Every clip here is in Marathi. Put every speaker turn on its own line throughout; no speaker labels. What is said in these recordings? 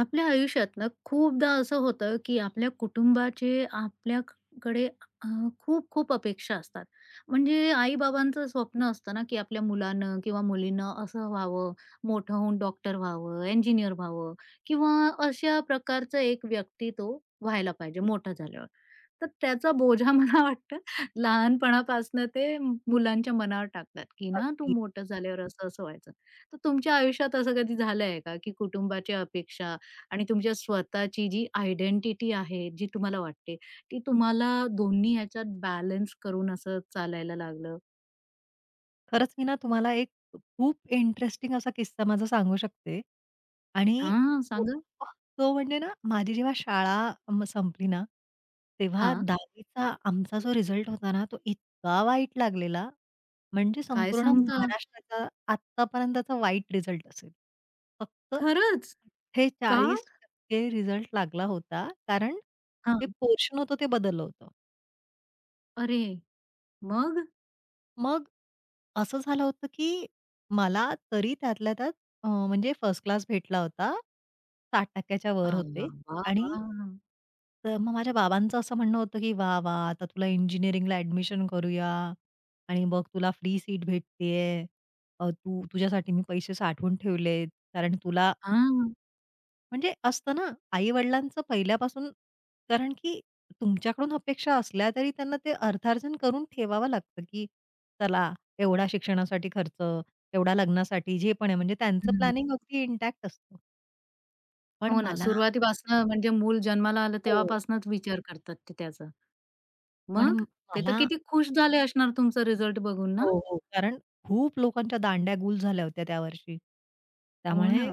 आपल्या आयुष्यात ना खूपदा असं होतं, की आपल्या कुटुंबाचे आपल्याकडे अ, खूप खूप अपेक्षा असतात. म्हणजे आई-बाबांचं स्वप्न असतं ना, की आपल्या मुलानं किंवा मुलीनं असं व्हावं, मोठं होऊन डॉक्टर व्हावं, इंजिनियर व्हावं किंवा अशा प्रकारचं एक व्यक्ती तो व्हायला पाहिजे मोठा झाल्यावर. तर त्याचा बोजा मला वाटतं लहानपणापासनं ते मुलांच्या मनावर टाकतात, की ना तू
अगदी.
मोठं झाल्यावर असं-असं व्हायचं. तर तुमच्या आयुष्यात असं कधी झालंय का, की कुटुंबाच्या अपेक्षा आणि तुमच्या स्वतःची जी आयडेंटिटी आहे, जी तुम्हाला वाटते, ती तुम्हाला दोन्ही ह्याच्यात बॅलन्स करून असं चालायला लागलं.
खरंच मी ना तुम्हाला एक खूप इंटरेस्टिंग असा किस्सा माझा सांगू शकते. आणि
हां,
तो
सांगा?
तो म्हणजे ना माझी जेव्हा शाळा संपली ना, तेव्हा
हां.
10वीचा आमचा जो रिझल्ट होता ना, तो इतका वाईट लागलेला, म्हणजे
काय
संपूर्ण
सांगता?
महाराष्ट्राचा आत्तापर्यंतचा वाईट रिझल्ट असेल. फक्त
खरंच? का?
48% रिझल्ट लागला होता. कारण ते
हां.
पोर्शन होतं ते बदललं होतं.
अरे! मग?
मग असं झालं होतं, की मला तरी त्यातल्या त्यात म्हणजे फर्स्ट क्लास भेटला होता. 60%
आ,
वर होते
वाह!
आणि
वाह!
तर मग माझ्या बाबांचं असं म्हणणं होतं, की वा वा आता तुला इंजिनिअरिंगला ॲडमिशन करूया आणि बघ तुला फ्री सीट भेटतेय. तू तुझ्यासाठी मी पैसे साठवून ठेवलेत कारण तुला
हां.
म्हणजे असतं ना, आई-वडिलांचं पहिल्यापासून कारण की तुमच्याकडून अपेक्षा असल्या तरी त्यांना ते अर्थार्जन करून ठेवावं लागतं, की चला एवढा शिक्षणासाठी खर्च, एवढा लग्नासाठी जे पण आहे म्हणजे त्यांचं
हं.
प्लॅनिंग अगदी इंटॅक्ट असतं. पण
हो ना,
मला
सुरुवातीपासनं म्हणजे मूल जन्माला आलं
हो.
तेव्हापासूनच विचार करतात ते त्याचा.
पण
मग? ते तर
मला
किती खुश झाले असणार तुमचा रिझल्ट बघून ना?
हो, हो. कारण खूप लोकांच्या दांड्या गुल झाल्या होत्या त्या वर्षी.
हो
त्यामुळे
ना.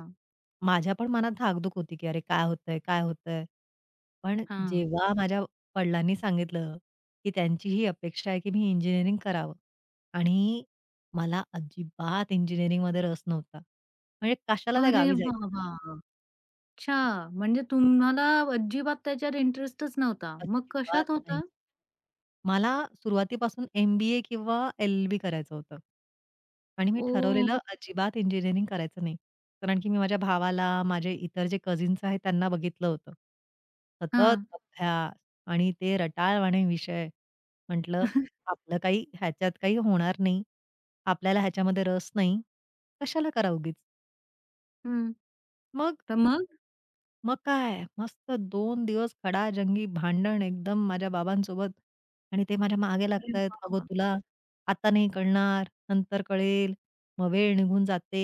माझ्या पण मनात धाकधूक होती, की "अरे काय होतंय? काय होतंय?" पण
हां.
जेव्हा माझ्या वडिलांनी सांगितलं, की त्यांची ही अपेक्षा आहे, की मी इंजिनिअरिंग करावं आणि मला अजिबात इंजिनिअरिंगमध्ये रस नव्हता. म्हणजे कशाला त्या
अरे
गावी जायचं
वाह! अच्छा! म्हणजे तुम्हाला अजिबात त्याच्यात इंटरेस्टच नव्हता.
ना?
मग
अजिबात
कशात
नाही.
होता?
मला सुरुवातीपासून MBA किंवा LLB करायचं होतं. आणि मी
ओह!
ठरवलेलं अजिबात इंजिनिअरिंग करायचं नाही. कारण की मी माझ्या भावाला, माझे इतर जे कझिन्स आहेत त्यांना बघितलं होतं.
हां.
सतत अभ्यास आणि ते रटाळवाणे विषय. म्हटलं आपलं काही ह्याच्यात काही होणार नाही. आपल्याला ह्याच्यामध्ये रस नाही. कशाला करा उगीच.
हं.
मग
तर मग?
मग काय, मस्त दोन दिवस खडाजंगी भांडण एकदम माझ्या बाबांसोबत आणि ते माझ्या मागे
अरे
लागतायत. "अगं
बाबा!
तुला आता नाही कळणार, नंतर कळेल. मग वेळ निघून जाते.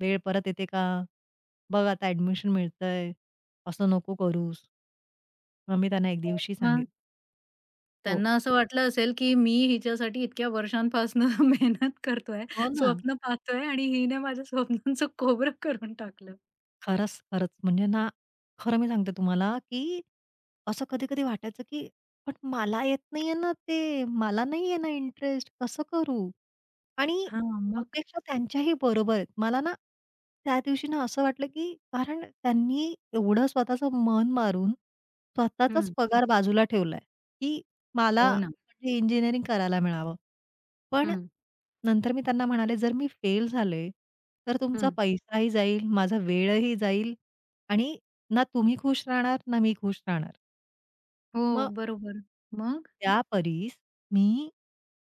वेळ परत येते का? बघ आता ॲडमिशन मिळतंय. असं नको करूस." मग मी त्यांना एक
हो,
दिवशी
मग?
सांगितलं हो.
त्यांना असं वाटलं असेल, की मी हिच्यासाठी इतक्या वर्षांपासनं मेहनत करतोय,
हो ना.
स्वप्न पाहतोय आणि हिने माझ्या स्वप्नांचं खोबरं करून टाकलं.
खरंच, खरंच म्हणजे ना, खरं मी सांगते तुम्हाला, की असं कधी-कधी वाटायचं, की "पण मला येत नाहीये ना ते. मला नाहीये ना इंटरेस्ट. कसं करू?" आणि
हां, मग?
अपेक्षा त्यांच्याही बरोबर आहेत. मला ना, त्या दिवशी ना असं वाटलं, की कारण त्यांनी एवढं स्वतःचं मन मारून, स्वतःचाच
हं.
पगार बाजूला ठेवलाय, की मला
हो ना.
म्हणजे इंजिनिअरिंग करायला मिळावं. पण
हं,
नंतर मी त्यांना म्हणाले, "जर मी फेल झाले, तर तुमचा
हं.
पैसाही जाईल, माझा वेळही जाईल आणि ना तुम्ही खुश राहणार, ना मी खुश राहणार."
हो,
मग
बरोबर. मग?
त्यापरीस मी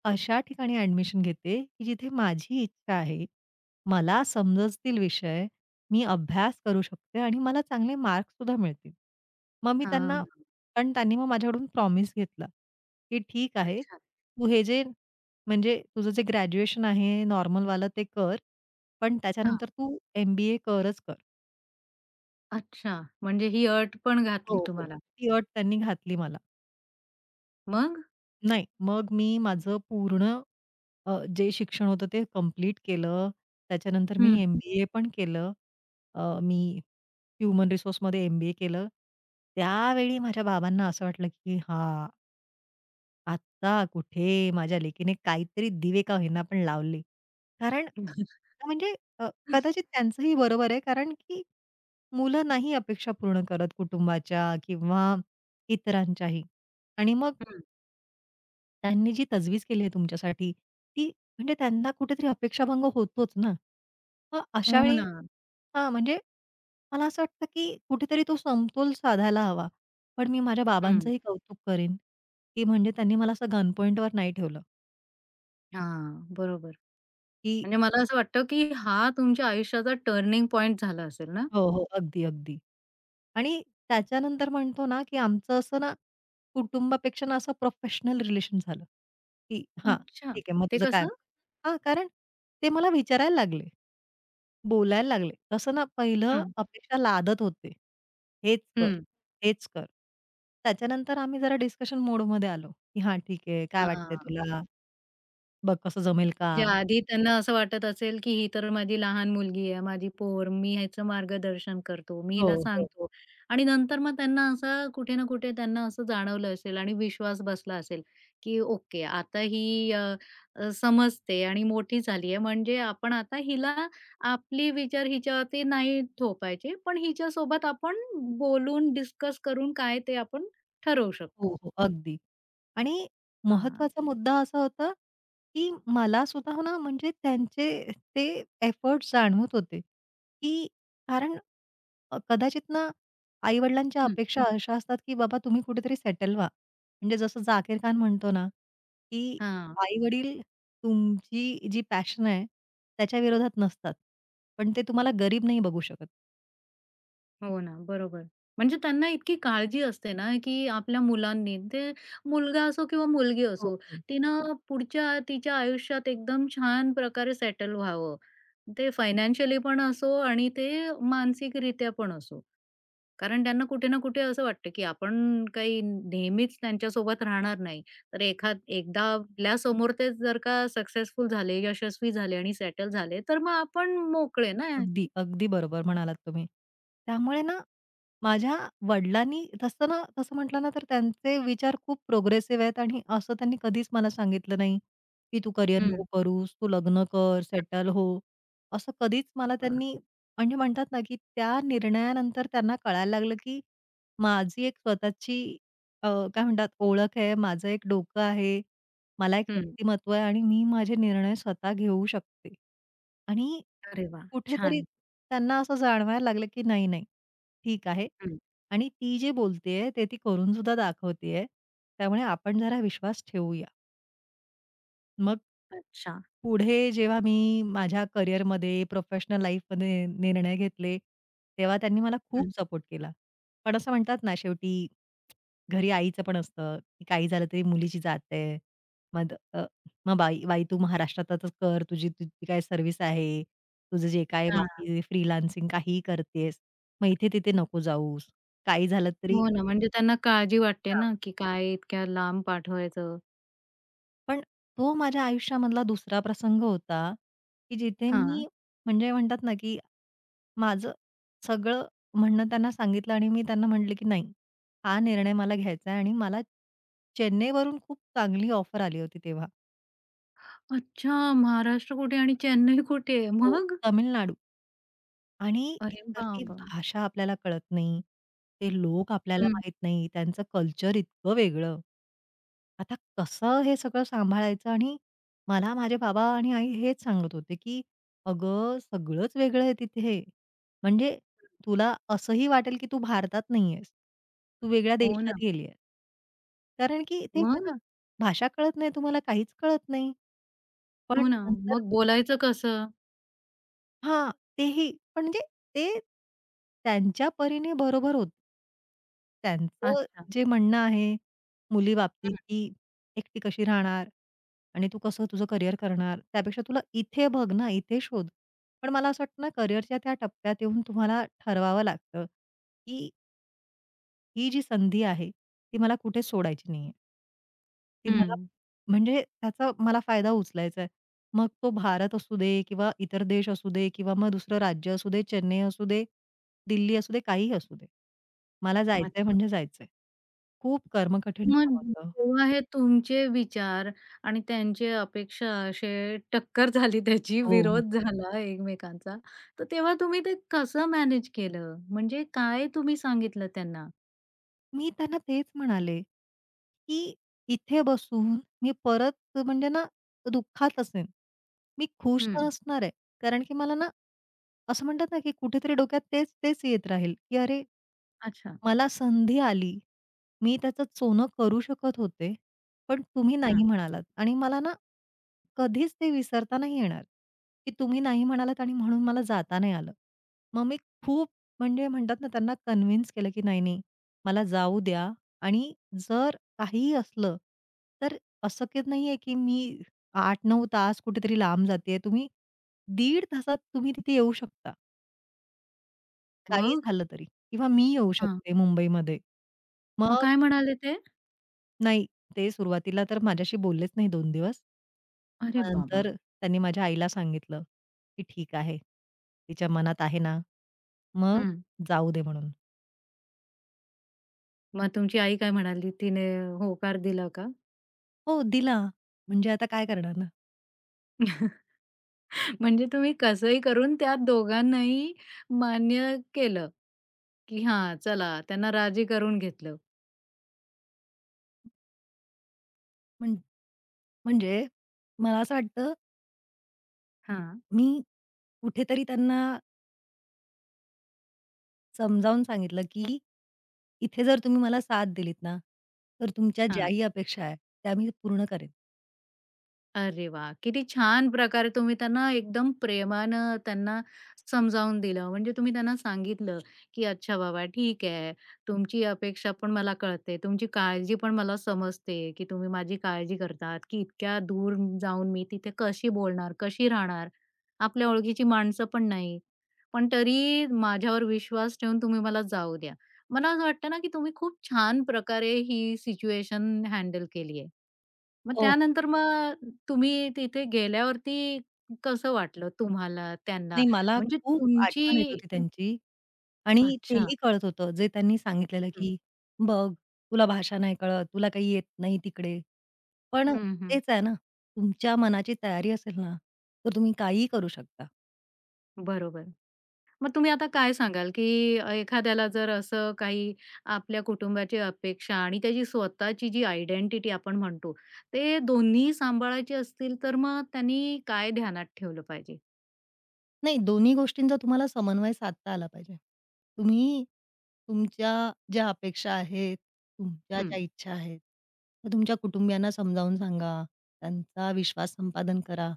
अशा ठिकाणी ॲडमिशन घेते, की जिथे माझी इच्छा आहे. मला समजतील विषय, मी अभ्यास करू शकते आणि मला चांगले मार्क्ससुद्धा मिळतील. मग मी त्यांना
हां.
कारण त्यांनी मग माझ्याकडून प्रॉमिस घेतला, की "ठीक आहे,
अच्छा.
तू हे जे म्हणजे तुझं जे ग्रॅज्युएशन आहे नॉर्मलवालं ते कर, पण
हां.
त्याच्यानंतर तू MBA करच कर."
अच्छा. म्हणजे ही अट पण
हो,
घातली
हो.
तुम्हाला.
ती अट त्यांनी घातली मला.
मग?
नाही, मग मी माझं पूर्ण जे शिक्षण होतं ते कंप्लीट केलं. त्याच्यानंतर मी MBA पण केलं. मी ह्युमन रिसोर्समध्ये MBA केलं. त्यावेळी माझ्या बाबांना असं वाटलं, की हां, आता कुठे माझ्या लेकीने काहीतरी दिवे का होईना पण लावले. कारण
हं.
म्हणजे कदाचित त्यांचंही बरोबर आहे कारण की मुलं नाही अपेक्षा पूर्ण करत कुटुंबाच्या किंवा इतरांच्याही आणि मग त्यांनी जी तजवीज केली आहे तुमच्यासाठी, ती म्हणजे त्यांना कुठेतरी अपेक्षाभंग होतोच ना. मग अशा
हो
वेळी
ना.
हां, म्हणजे मला असं वाटतं, की कुठेतरी तो समतोल साधायला हवा. पण मी माझ्या
हं.
बाबांचंही कौतुक करेन, की म्हणजे त्यांनी मला असं गन पॉइंटवर नाही ठेवलं,
हां, बरोबर.
की
म्हणजे मला असं वाटतं, की हा तुमच्या आयुष्याचा टर्निंग पॉइंट झाला असेल ना?
हो, हो. अगदी, अगदी. आणि त्याच्यानंतर म्हणतो ना, की आमचं असं ना, कुटुंबापेक्षा ना असं प्रोफेशनल रिलेशन झालं, की हां,
अच्छा.
ठीक आहे. मग
ते
तुझं काय?
कसं?
हां, कारण ते मला विचारायला लागले. बोलायला लागले. तसं ना पहिलं
हं,
अपेक्षा लादत होते. हेच कर,
हं.
हेच कर. त्याच्यानंतर आम्ही जरा डिस्कशन मोडमध्ये आलो, की "हां, ठीक आहे. काय वाटतंय
हां.
तुला? बघ कसं जमेल का?"
म्हणजे आधी त्यांना असं वाटत असेल, की ही तर माझी लहान मुलगी आहे, माझी पोर, मी ह्याचं मार्गदर्शन करतो, मी
हो,
हिला
हो.
सांगतो आणि नंतर मग त्यांना असं कुठे ना कुठे त्यांना असं जाणवलं असेल आणि विश्वास बसला असेल, की ओके आता ही अ, अ, समजते आणि मोठी झाली आहे म्हणजे आपण आता हिला आपली विचार हिच्यावरती नाही थोपायचे, पण हिच्यासोबत आपण बोलून डिस्कस करून काय ते आपण ठरवू
हो,
शकतो.
हो. अगदी. आणि
हां.
महत्वाचा मुद्दा असा होता, की मला स्वतः ना म्हणजे त्यांचे ते एफर्ट्स जाणवत होते, की कारण कदाचित ना आई-वडिलांच्या
हं.
अपेक्षा अशा असतात, की बाबा तुम्ही कुठेतरी सेटल व्हा. म्हणजे जसं जाकीर खान म्हणतो ना, की
हां.
आई-वडील तुमची जी पॅशन आहे त्याच्या विरोधात नसतात. पण ते तुम्हाला गरीब नाही बघू शकत.
हो ना, बरोबर. म्हणजे त्यांना इतकी काळजी असते ना, की आपल्या मुलांनी ते मुलगा असो किंवा मुलगी
हो,
असो,
हो.
तिनं पुढच्या तिच्या आयुष्यात एकदम छान प्रकारे सेटल व्हावं. ते फायनान्शियली पण असो आणि ते मानसिकरित्या पण असो. कारण त्यांना कुठे ना कुठे असं वाटतं, की आपण काही नेहमीच त्यांच्यासोबत राहणार नाही. तर एखाद एकदा आपल्यासमोर ते जर का सक्सेसफुल झाले, यशस्वी झाले आणि सेटल झाले, तर मग आपण मोकळे ना.
अगदी, अगदी बरोबर म्हणालात तुम्ही. त्यामुळे ना माझ्या वडिलांनी तसं ना तसं म्हटलं ना, तर त्यांचे विचार खूप प्रोग्रेसिव्ह आहेत आणि असं त्यांनी कधीच मला सांगितलं नाही, की "तू करियर नको
हं.
करूस, तू लग्न कर, सेटल हो." असं कधीच मला
हां.
त्यांनी म्हणजे म्हणतात ना, की त्या निर्णयानंतर त्यांना कळायला लागलं, की माझी एक स्वतःची अ, काय म्हणतात ओळख आहे, माझं एक डोकं आहे. मला एक व्यक्तिमत्व आहे आणि मी माझे निर्णय स्वतः घेऊ शकते. आणि
अरे वाह!
कुठेतरी
छान.
त्यांना असं जाणवायला लागलं, की नाही, नाही, ठीक आहे.
हं.
आणि ती जे बोलतेय ते ती करून सुद्धा दाखवतेय. त्यामुळे आपण जरा विश्वास ठेवूया. मग
अच्छा.
पुढे जेव्हा मी माझ्या करिअरमध्ये, प्रोफेशनल लाईफमध्ये निर्णय घेतले, तेव्हा त्यांनी मला खूप
हं.
सपोर्ट केला. पण असं म्हणतात ना शेवटी घरी आईचं पण असतं, की काही झालं तरी मुलीची जाते आहे. मग "मग बाई बाई तू महाराष्ट्रातच कर, तुझी तुझी काय सर्व्हिस आहे, तुझं जे काय
हां.
बाकी फ्रीलान्सिंग काहीही करतेस, मग इथे-तिथे नको जाऊस, काही झालं तरी"
हो ना, म्हणजे त्यांना काळजी वाटते
हां.
ना, की काय इतक्या लांब पाठवायचं.
पण तो माझ्या आयुष्यामधला दुसरा प्रसंग होता, की जिथे
हां.
मी म्हणजे म्हणतात ना, की माझं सगळं म्हणणं त्यांना सांगितलं आणि मी त्यांना म्हटलं, की "नाही, हा निर्णय मला घ्यायचा आहे" आणि मला चेन्नईवरून खूप चांगली ऑफर आली होती तेव्हा.
अच्छा, महाराष्ट्र कुठे आणि चेन्नई कुठे आहे?
हो,
मग?
तमिळनाडू आणि
अरे
एकतर ती
बाबा!
भाषा आपल्याला कळत नाही. ते लोक आपल्याला
हं.
माहित नाही. त्यांचं कल्चर इतकं वेगळं. आता कसं हे सगळं सांभाळायचं आणि मला माझे बाबा आणि आई हेच सांगत होते, की "अगं, सगळंच वेगळं आहे तिथे. म्हणजे तुला असंही वाटेल, की तू भारतात नाही तू वेगळ्या
हो ना.
देशात गेली आहेस." कारण की तेच
मग?
ना, भाषा कळत नाही तुम्हाला, काहीच कळत नाही. पण
हो ना.
नंतर
मग बोलायचं कसं?
हां, तेही. पण म्हणजे ते त्यांच्या परीने बरोबर होतं. त्यांचं
अच्छा.
जे म्हणणं आहे मुलीबाबतीत,
हं.
की एकटी कशी राहणार आणि तू कसं तुझं करिअर करणार? त्यापेक्षा तुला इथे बघ ना, इथे शोध. पण मला असं वाटतं ना, करिअरच्या त्या टप्प्यात येऊन तुम्हाला ठरवावं लागतं, की ही जी संधी आहे, ती मला कुठेच सोडायची नाहीये. ती मला
हं.
म्हणजे त्याचा मला फायदा उचलायचा आहे. मग तो भारत असू दे किंवा इतर देश असू दे किंवा मग दुसरं राज्य असू दे, चेन्नई असू दे, दिल्ली असू दे, काहीही असू दे. मला जायचंय
अच्छा.
म्हणजे जायचंय. खूप कर्मकठीण
मग
काम होतं.
जेव्हा हे तुमचे विचार आणि त्यांची अपेक्षा असे टक्कर झाली त्याची
हो.
विरोध झाला एकमेकांचा, तर तेव्हा तुम्ही ते कसं मॅनेज केलं? म्हणजे काय तुम्ही सांगितलं त्यांना?
मी त्यांना तेच म्हणाले, की इथे बसून मी परत म्हणजे ना दुःखात असेन. मी खुश तर
हं.
असणार आहे. कारण की मला ना असं म्हणतात ना, की कुठेतरी डोक्यात तेच-तेच येत राहील, की "अरे,
अच्छा.
मला संधी आली. मी त्याचं सोनं करू शकत होते, पण तुम्ही नाही
हां.
म्हणालात." आणि मला ना कधीच ते विसरता नाही येणार, की तुम्ही नाही म्हणालात आणि म्हणून मला जाता नाही आलं. मग मी खूप म्हणजे म्हणतात ना त्यांना कन्व्हिन्स केलं, की "नाही, नाही. मला जाऊ द्या आणि जर काहीही असलं, तर असं काही नाहीये, की मी 8-9 तास कुठेतरी लांब जातेय. तुम्ही दीड तासात तुम्ही तिथे येऊ शकता, काही
मग?
झालं तरी किंवा मी येऊ
हां.
शकते मुंबईमध्ये.
मग
मग
काय म्हणाले ते?
नाही, ते सुरुवातीला तर माझ्याशी बोललेच नाही 2 दिवस.
अरे बाबा!
नंतर त्यांनी माझ्या आईला सांगितलं, की "ठीक आहे, तिच्या मनात आहे ना, मग
हं.
जाऊ दे" म्हणून.
मग तुमची आई काय म्हणाली? तिने होकार दिला का?
हो, दिला. म्हणजे आता काय करणार ना?
म्हणजे तुम्ही कसंही करून त्या दोघांनाही मान्य केलं, की हां, चला त्यांना राजी करून घेतलं.
म्हणजे म्हणजे मला असं वाटतं,
हां.
मी कुठेतरी त्यांना समजावून सांगितलं, की इथे जर तुम्ही मला साथ दिलीत ना, तर तुमच्या
हां,
ज्याही अपेक्षा आहेत, त्या मी पूर्ण करेन.
अरे वाह! किती छान प्रकारे तुम्ही त्यांना एकदम प्रेमानं समजावून दिलं. म्हणजे तुम्ही त्यांना सांगितलं, की "अच्छा बाबा ठीक आहे, तुमची अपेक्षा पण मला कळते, तुमची काळजी पण मला समजते, की तुम्ही माझी काळजी करतात, की इतक्या दूर जाऊन मी तिथे कशी बोलणार, कशी राहणार. आपल्या ओळखीची माणसं पण नाही. पण तरी माझ्यावर विश्वास ठेवून तुम्ही मला जाऊ द्या." मला असं वाटतं ना, की तुम्ही खूप छान प्रकारे ही सिच्युएशन हँडल केली आहे. मग
हो.
त्यानंतर मग तुम्ही तिथे गेल्यावरती कसं वाटलं तुम्हाला, त्यांना?
नाही मला
म्हणजे
खूप
तुमची
आठवण येत होती त्यांची आणि
अच्छा.
तेही कळत होतं जे त्यांनी सांगितलेलं,
हं.
की "बघ, तुला भाषा नाही कळत, तुला काही येत नाही तिकडे." पण
हं, हं.
तेच आहे ना, तुमच्या मनाची तयारी असेल ना, तर तुम्ही काहीही करू शकता.
बरोबर. मग तुम्ही आता काय सांगाल, की एखाद्याला जर असं काही आपल्या कुटुंबाची अपेक्षा आणि त्याची स्वतःची जी आयडेंटिटी आपण म्हणतो, ते दोन्ही सांभाळायची असतील, तर मग त्यांनी काय ध्यानात ठेवलं पाहिजे?
नाही, दोन्ही गोष्टींचा तुम्हाला समन्वय साधता आला पाहिजे. तुम्ही तुमच्या ज्या अपेक्षा आहेत, तुमच्या ज्या इच्छा आहेत, त्या तुमच्या कुटुंबियांना समजावून सांगा, त्यांचा विश्वास संपादन करा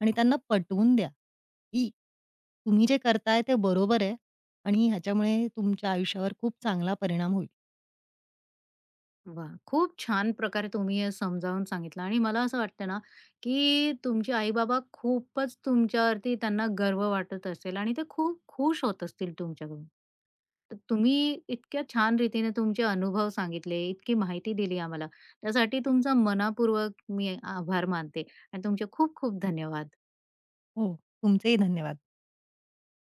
आणि त्यांना पटवून द्या, की तुम्ही जे करताय ते बरोबर आहे आणि ह्याच्यामुळे तुमच्या आयुष्यावर खूप चांगला परिणाम होईल.
वाह! खूप छान प्रकारे तुम्ही हे समजावून सांगितलं आणि मला असं वाटतं ना, की तुमचे आई-बाबा खूपच तुमच्यावरती त्यांना गर्व वाटत असेल आणि ते खूप खुश होत असतील तुमच्याकडून. तर तुम्ही इतक्या छान रीतीने तुमचे अनुभव सांगितले, इतकी माहिती दिली आम्हाला. त्यासाठी तुमचा मनःपूर्वक मी आभार मानते आणि तुमचे खूप खूप धन्यवाद.
हो, तुमचेही धन्यवाद.